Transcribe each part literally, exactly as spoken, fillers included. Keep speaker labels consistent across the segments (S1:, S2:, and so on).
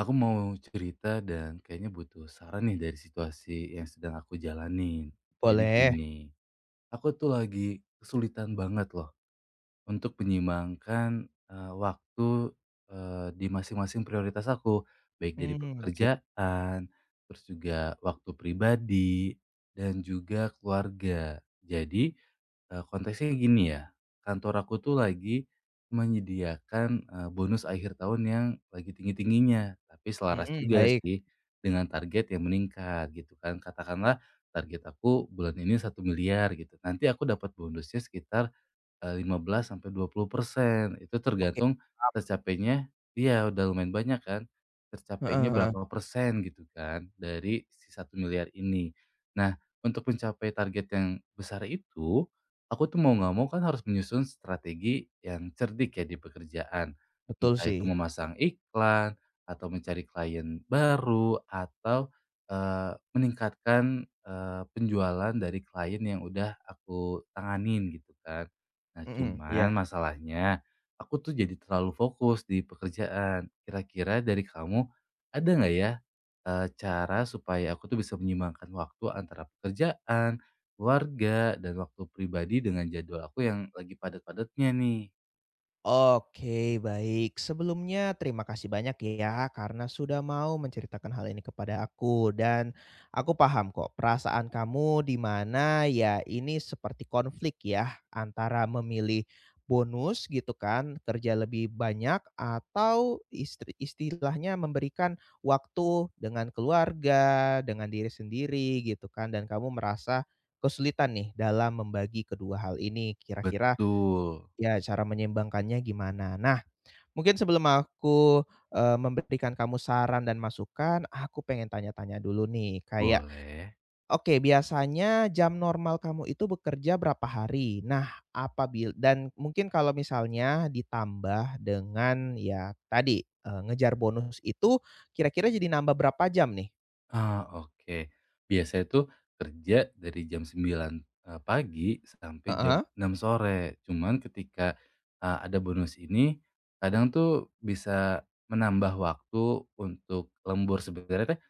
S1: Aku mau cerita dan kayaknya butuh saran nih dari situasi yang sedang aku jalanin. Jadi
S2: Boleh.
S1: gini, aku tuh lagi kesulitan banget loh untuk menyimbangkan eh, waktu eh, di masing-masing prioritas aku, baik dari
S2: Mmm, oke.
S1: pekerjaan, terus juga waktu pribadi dan juga keluarga. Jadi Eee, konteksnya gini ya, kantor aku tuh lagi menyediakan, eee, bonus akhir tahun yang lagi tinggi-tingginya, tapi selaras
S2: Mhm,
S1: juga
S2: baik.
S1: sih dengan target yang meningkat gitu kan. Katakanlah target aku bulan ini satu miliar gitu, nanti aku dapat bonusnya sekitar eh, lima belas sampai dua puluh persen. Itu
S2: Oke.
S1: tergantung tercapainya dia udah lumayan banyak kan, tercapainya
S2: Heeh heeh.
S1: berapa persen gitu kan dari si satu miliar ini. Nah, untuk mencapai target yang besar itu, aku tuh mau nggak mau kan harus menyusun strategi yang cerdik ya di pekerjaan.
S2: Betul
S1: Entah
S2: sih.
S1: itu memasang iklan, atau mencari klien baru, atau, eee, meningkatkan, eee, penjualan dari klien yang udah aku tanganin gitu kan. Nah,
S2: Mhm,
S1: cuman
S2: iya.
S1: masalahnya aku tuh jadi terlalu fokus di pekerjaan. Kira-kira dari kamu ada nggak ya, eee, cara supaya aku tuh bisa menyeimbangkan waktu antara pekerjaan, keluarga, dan waktu pribadi dengan jadwal aku yang lagi padat-padatnya nih?
S2: Oke, baik. Sebelumnya terima kasih banyak ya karena sudah mau menceritakan hal ini kepada aku dan aku paham kok perasaan kamu di mana ya ini seperti konflik ya antara memilih bonus gitu kan, kerja lebih banyak atau istri- istilahnya memberikan waktu dengan keluarga, dengan diri sendiri gitu kan dan kamu merasa kesulitan nih dalam membagi kedua hal ini. Kira-kira
S1: Betul.
S2: ya, cara menyeimbangkannya gimana. Nah, mungkin sebelum aku, eee, memberikan kamu saran dan masukan, aku pengen tanya-tanya dulu nih, kayak,
S1: Boleh.
S2: oke biasanya jam normal kamu itu bekerja berapa hari? Nah, apabila dan mungkin kalau misalnya ditambah dengan ya tadi, eee, ngejar bonus itu kira-kira jadi nambah berapa jam nih?
S1: Ah, oke. Biasanya tuh kerja dari jam sembilan eee, pagi sampai jam
S2: Heeh,
S1: enam sore. Cuman ketika, eee, ada bonus ini, kadang tuh bisa menambah waktu untuk lembur. Sebenarnya teh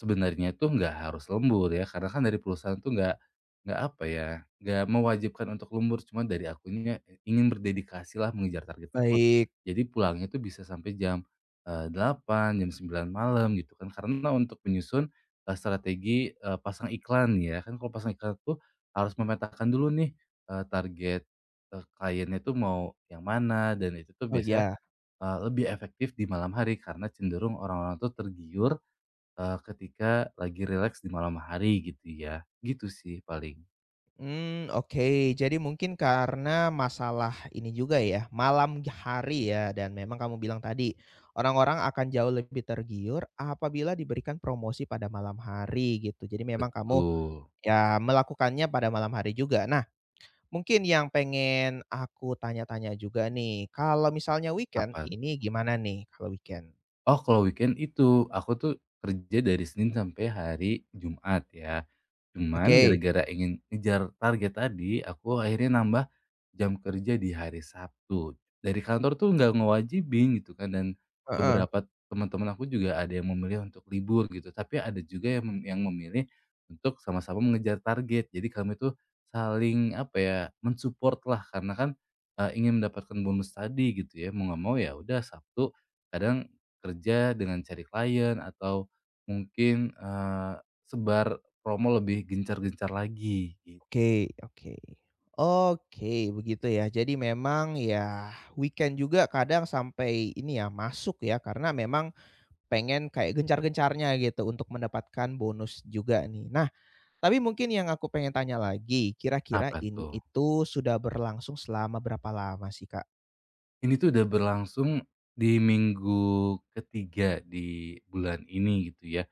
S1: sebenarnya tuh nggak harus lembur ya, karena kan dari perusahaan tuh nggak nggak apa ya, nggak mewajibkan untuk lembur, cuma dari akunya eh, ingin berdedikasilah mengejar target tersebut.
S2: baik.
S1: Jadi pulangnya tuh bisa sampai jam, eee, delapan, jam sembilan malam gitu kan. Karena untuk menyusun Eee, strategi, eee, pasang iklan ya. Kan kalau pasang iklan tuh harus memetakan dulu nih, eee, target, eee, kliennya tuh mau yang mana dan itu tuh
S2: Oh,
S1: biasanya,
S2: ya.
S1: eee, lebih efektif di malam hari karena cenderung orang-orang tuh tergiur, eee, ketika lagi rileks di malam hari gitu ya. Gitu sih paling.
S2: Hmm, oke. Jadi mungkin karena masalah ini juga ya, malam hari ya, dan memang kamu bilang tadi, orang-orang akan jauh lebih tergiur apabila diberikan promosi pada malam hari gitu. Jadi memang kamu
S1: Betul.
S2: ya melakukannya pada malam hari juga. Nah, mungkin yang pengen aku tanya-tanya juga nih, kalau misalnya weekend
S1: Apa
S2: ini gimana nih kalau weekend?
S1: Oh, kalau weekend itu, aku tuh kerja dari Senin sampai hari Jumat ya. Cuman
S2: Oke,
S1: gara-gara ingin ngejar target tadi, aku akhirnya nambah jam kerja di hari Sabtu. Dari kantor tuh nggak ngewajibin gitu kan, dan
S2: heeh.
S1: beberapa teman-teman aku juga ada yang memilih untuk libur gitu. Tapi ada juga yang mem- yang memilih untuk sama-sama mengejar target. Jadi kami tuh saling apa ya, mensupport lah karena kan eh, ingin mendapatkan bonus tadi gitu ya. Mau nggak mau ya udah Sabtu kadang kerja dengan cari klien atau mungkin, eee, sebar promo lebih gencar-gencar lagi git
S2: Oke oke. Oke, begitu ya. Jadi memang ya weekend juga kadang sampai ini ya, masuk ya, karena memang pengen kayak gencar-gencarnya gitu untuk mendapatkan bonus juga nih. Nah, tapi mungkin yang aku pengen tanya lagi, kira-kira
S1: Apa
S2: ini
S1: tuh?
S2: itu sudah berlangsung selama berapa lama sih, Kak?
S1: Ini tuh udah berlangsung di minggu ketiga di bulan ini gitu ya.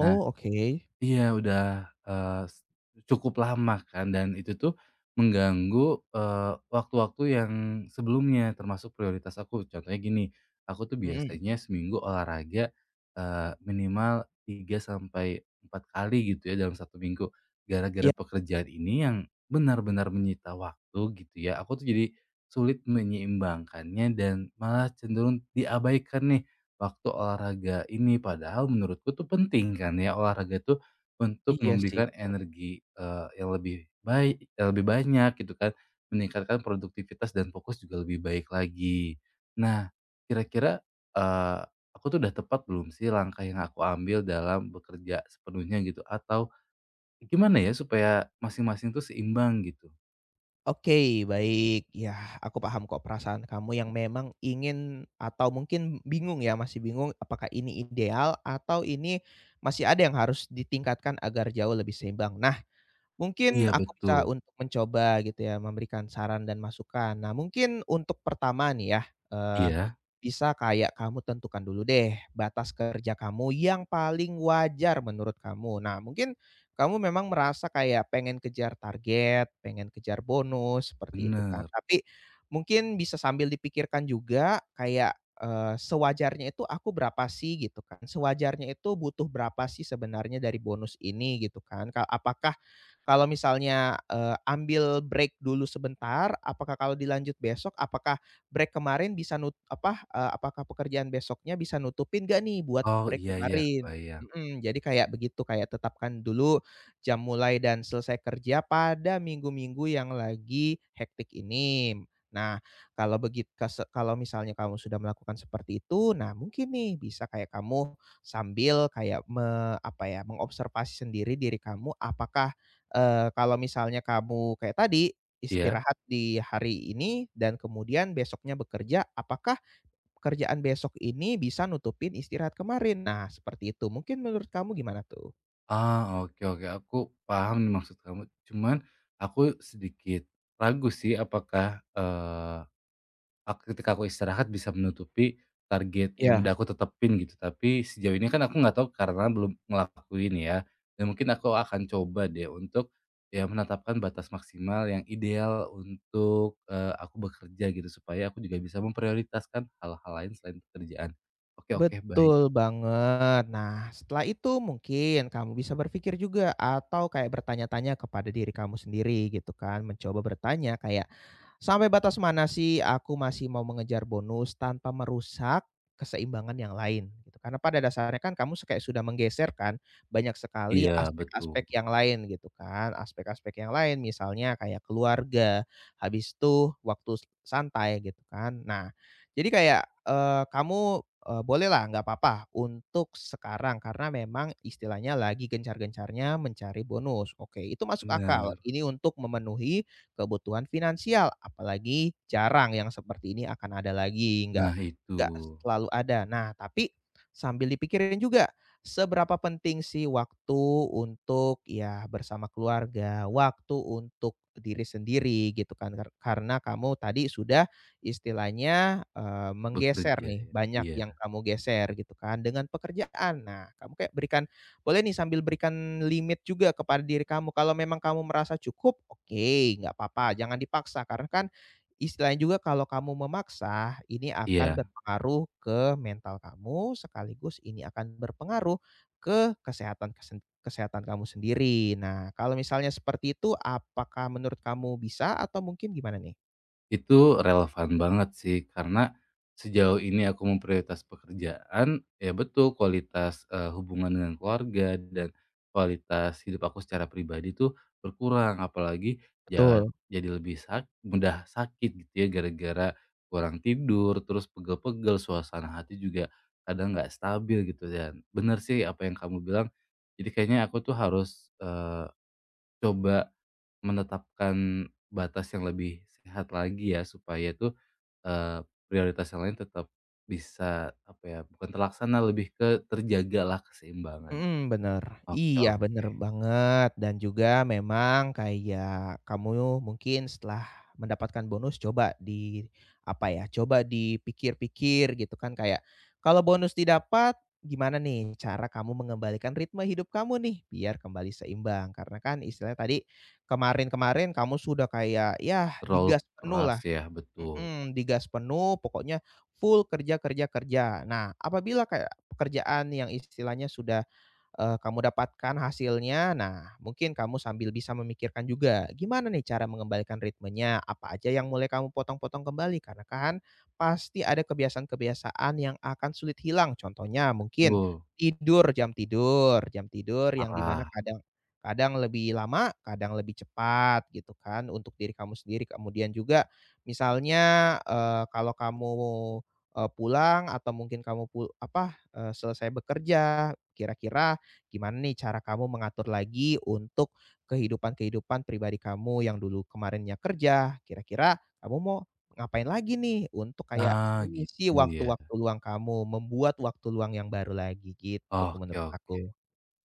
S1: Nah,
S2: oke.
S1: iya, udah, eee, s cukup lama kan dan itu tuh mengganggu, eee, waktu-waktu yang sebelumnya termasuk prioritas aku. Contohnya gini, aku tuh
S2: Mhm.
S1: biasanya seminggu olahraga, eee, minimal tiga sampai empat kali gitu ya dalam satu minggu. Gara-gara
S2: Iya
S1: pekerjaan ini yang benar-benar menyita waktu gitu ya, aku tuh jadi sulit menyeimbangkannya dan malah cenderung diabaikan nih waktu olahraga ini. Padahal menurutku tuh penting kan ya olahraga tuh untuk
S2: iya sih.
S1: memberikan energi, eee, yang lebih baik yang lebih banyak gitu kan, meningkatkan produktivitas dan fokus juga lebih baik lagi. Nah, kira-kira, eee, aku tuh udah tepat belum sih langkah yang aku ambil dalam bekerja sepenuhnya gitu? Atau gimana ya supaya masing-masing tuh seimbang gitu?
S2: Oke, baik. Ya, aku paham kok perasaan kamu yang memang ingin atau mungkin bingung ya, masih bingung apakah ini ideal atau ini masih ada yang harus ditingkatkan agar jauh lebih seimbang. Nah, mungkin
S1: Iya,
S2: aku
S1: betul.
S2: bisa untuk mencoba gitu ya, memberikan saran dan masukan. Nah, mungkin untuk pertama nih ya, eee,
S1: Iya,
S2: bisa kayak kamu tentukan dulu deh batas kerja kamu yang paling wajar menurut kamu. Nah, mungkin kamu memang merasa kayak pengen kejar target, pengen kejar bonus, seperti itu kan.
S1: bener.
S2: Tapi mungkin bisa sambil dipikirkan juga kayak, eee, sewajarnya itu aku berapa sih gitu kan, sewajarnya itu butuh berapa sih sebenarnya dari bonus ini gitu kan. Ka apakah kalau misalnya, eee, ambil break dulu sebentar, apakah kalau dilanjut besok, apakah break kemarin bisa nut apa, eee, apakah pekerjaan besoknya bisa nutupin nggak nih buat
S1: Oh,
S2: break
S1: iya, iya,
S2: kemarin?
S1: kebayang.
S2: Mhm, jadi kayak begitu, kayak tetapkan dulu jam mulai dan selesai kerja pada minggu-minggu yang lagi hektik ini. Nah, kalau begitu kalau misalnya kamu sudah melakukan seperti itu, nah mungkin nih bisa kayak kamu sambil kayak me apa ya, mengobservasi sendiri diri kamu, apakah eee, kalau misalnya kamu kayak tadi,
S1: Iya?
S2: istirahat di hari ini dan kemudian besoknya bekerja, apakah pekerjaan besok ini bisa nutupin istirahat kemarin? Nah, seperti itu. Mungkin menurut kamu gimana tuh?
S1: Ah, oke, oke, aku paham nih maksud kamu. Cuman aku sedikit ragu sih apakah, eee, ak ketika aku istirahat bisa menutupi target yang
S2: Iya.
S1: udah aku tetepin gitu. Tapi sejauh ini kan aku nggak tahu karena belum ngelakuin ya, dan mungkin aku akan coba deh untuk, ya menetapkan batas maksimal yang ideal untuk, eee, aku bekerja gitu, supaya aku juga bisa memprioritaskan hal-hal lain selain pekerjaan. Oke, oke, baik.
S2: Betul banget. Nah, setelah itu mungkin kamu bisa berpikir juga atau kayak bertanya-tanya kepada diri kamu sendiri gitu kan, mencoba bertanya kayak, "Sampai batas mana sih aku masih mau mengejar bonus tanpa merusak keseimbangan yang lain?" Gitu. Karena pada dasarnya kan kamu se- kayak sudah menggeser kan banyak sekali
S1: Iya, betul.
S2: aspek-aspek yang lain gitu kan, aspek-aspek yang lain misalnya kayak keluarga, habis itu waktu santai gitu kan. Nah, jadi kayak, eee, kamu, eee, bolehlah nggak apa-apa untuk sekarang karena memang istilahnya lagi gencar-gencarnya mencari bonus. Oke, itu masuk akal.
S1: Benar.
S2: Ini untuk memenuhi kebutuhan finansial, apalagi jarang yang seperti ini akan ada lagi, nggak
S1: Nah, itu.
S2: nggak selalu ada. Nah, tapi sambil dipikirin juga, seberapa penting sih waktu untuk ya bersama keluarga, waktu untuk diri sendiri gitu kan, kar karena kamu tadi sudah istilahnya, eee, menggeser
S1: Bekerja
S2: nih,
S1: ya,
S2: banyak
S1: iya,
S2: yang kamu geser gitu kan, dengan pekerjaan. Nah, kamu kayak berikan boleh nih sambil berikan limit juga kepada diri kamu, kalau memang kamu merasa cukup, oke, nggak apa-apa, jangan dipaksa. Karena kan istilahnya juga kalau kamu memaksa, ini akan
S1: iya.
S2: berpengaruh ke mental kamu, sekaligus ini akan berpengaruh ke kesehatan kesen kesehatan kamu sendiri. Nah, kalau misalnya seperti itu, apakah menurut kamu bisa atau mungkin gimana nih?
S1: Itu relevan banget sih, karena sejauh ini aku memprioritas pekerjaan, ya betul kualitas, eee, hubungan dengan keluarga dan kualitas hidup aku secara pribadi tuh berkurang, apalagi ja
S2: Betul.
S1: jadi lebih sak mudah sakit gitu ya gara-gara kurang tidur, terus pegel-pegel, suasana hati juga kadang nggak stabil gitu dan bener sih apa yang kamu bilang, jadi kayaknya aku tuh harus, eee, coba menetapkan batas yang lebih sehat lagi ya supaya tuh, eee, prioritas yang lain tetap bisa apa ya, bukan terlaksana lebih ke terjaga lah keseimbangan.
S2: Mhm, bener.
S1: Oke,
S2: Iya, bener
S1: oke,
S2: banget dan juga memang kayak kamu mungkin setelah mendapatkan bonus coba di apa ya, coba dipikir-pikir gitu kan kayak, kalau bonus didapat gimana nih cara kamu mengembalikan ritme hidup kamu nih biar kembali seimbang. Karena kan istilahnya tadi kemarin-kemarin kamu sudah kayak, ya
S1: terlalu
S2: digas penuh
S1: keras
S2: lah.
S1: ya, betul,
S2: Mhm, digas penuh pokoknya full kerja kerja kerja. Nah, apabila kayak pekerjaan yang istilahnya sudah, eee, kamu dapatkan hasilnya, nah mungkin kamu sambil bisa memikirkan juga, gimana nih cara mengembalikan ritmenya, apa aja yang mulai kamu potong-potong kembali, karena kan pasti ada kebiasaan-kebiasaan yang akan sulit hilang. Contohnya mungkin
S1: betul,
S2: tidur, jam tidur jam tidur yang dimana
S1: parah.
S2: kadang kadang lebih lama, kadang lebih cepat gitu kan untuk diri kamu sendiri. Kemudian juga misalnya, eee, kalau kamu, eee, pulang atau mungkin kamu pul apa, eee, selesai bekerja, kira-kira gimana nih cara kamu mengatur lagi untuk kehidupan-kehidupan pribadi kamu yang dulu kemarinnya kerja, kira-kira kamu mau ngapain lagi nih untuk kayak
S1: Ah,
S2: mengisi
S1: gitu ya,
S2: waktu-waktu luang kamu, membuat waktu luang yang baru lagi gitu
S1: oke,
S2: menurut
S1: oke.
S2: aku.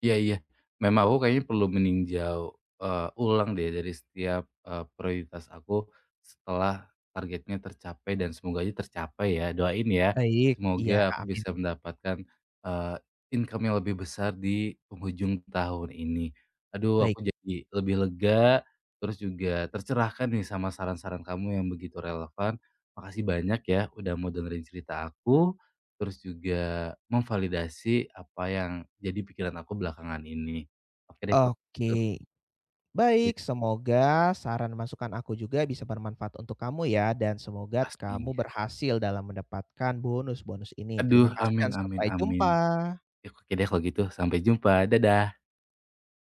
S1: Iya, iya. Memang aku kayaknya perlu meninjau, eee, ulang deh dari setiap, eee, prioritas aku setelah targetnya tercapai dan semoga aja tercapai ya, doain ya.
S2: Baik, iya,
S1: Semoga aku bisa
S2: amin.
S1: mendapatkan, eee, income yang lebih besar di penghujung tahun ini. Aduh
S2: Baik,
S1: aku jadi lebih lega, terus juga tercerahkan nih sama saran-saran kamu yang begitu relevan. Makasih banyak ya udah mau dengerin cerita aku. Terus juga memvalidasi apa yang jadi pikiran aku belakangan ini. Oke deh kalau gitu
S2: oke.
S1: iya
S2: Baik, semoga saran masukan aku juga bisa bermanfaat untuk kamu ya dan semoga kamu
S1: pastinya.
S2: berhasil dalam mendapatkan bonus-bonus ini. Terima
S1: Aduh
S2: kasih dan
S1: amin, amin,
S2: sampai
S1: amin.
S2: jumpa.
S1: Ya oke deh kalau gitu sampai jumpa, dadah.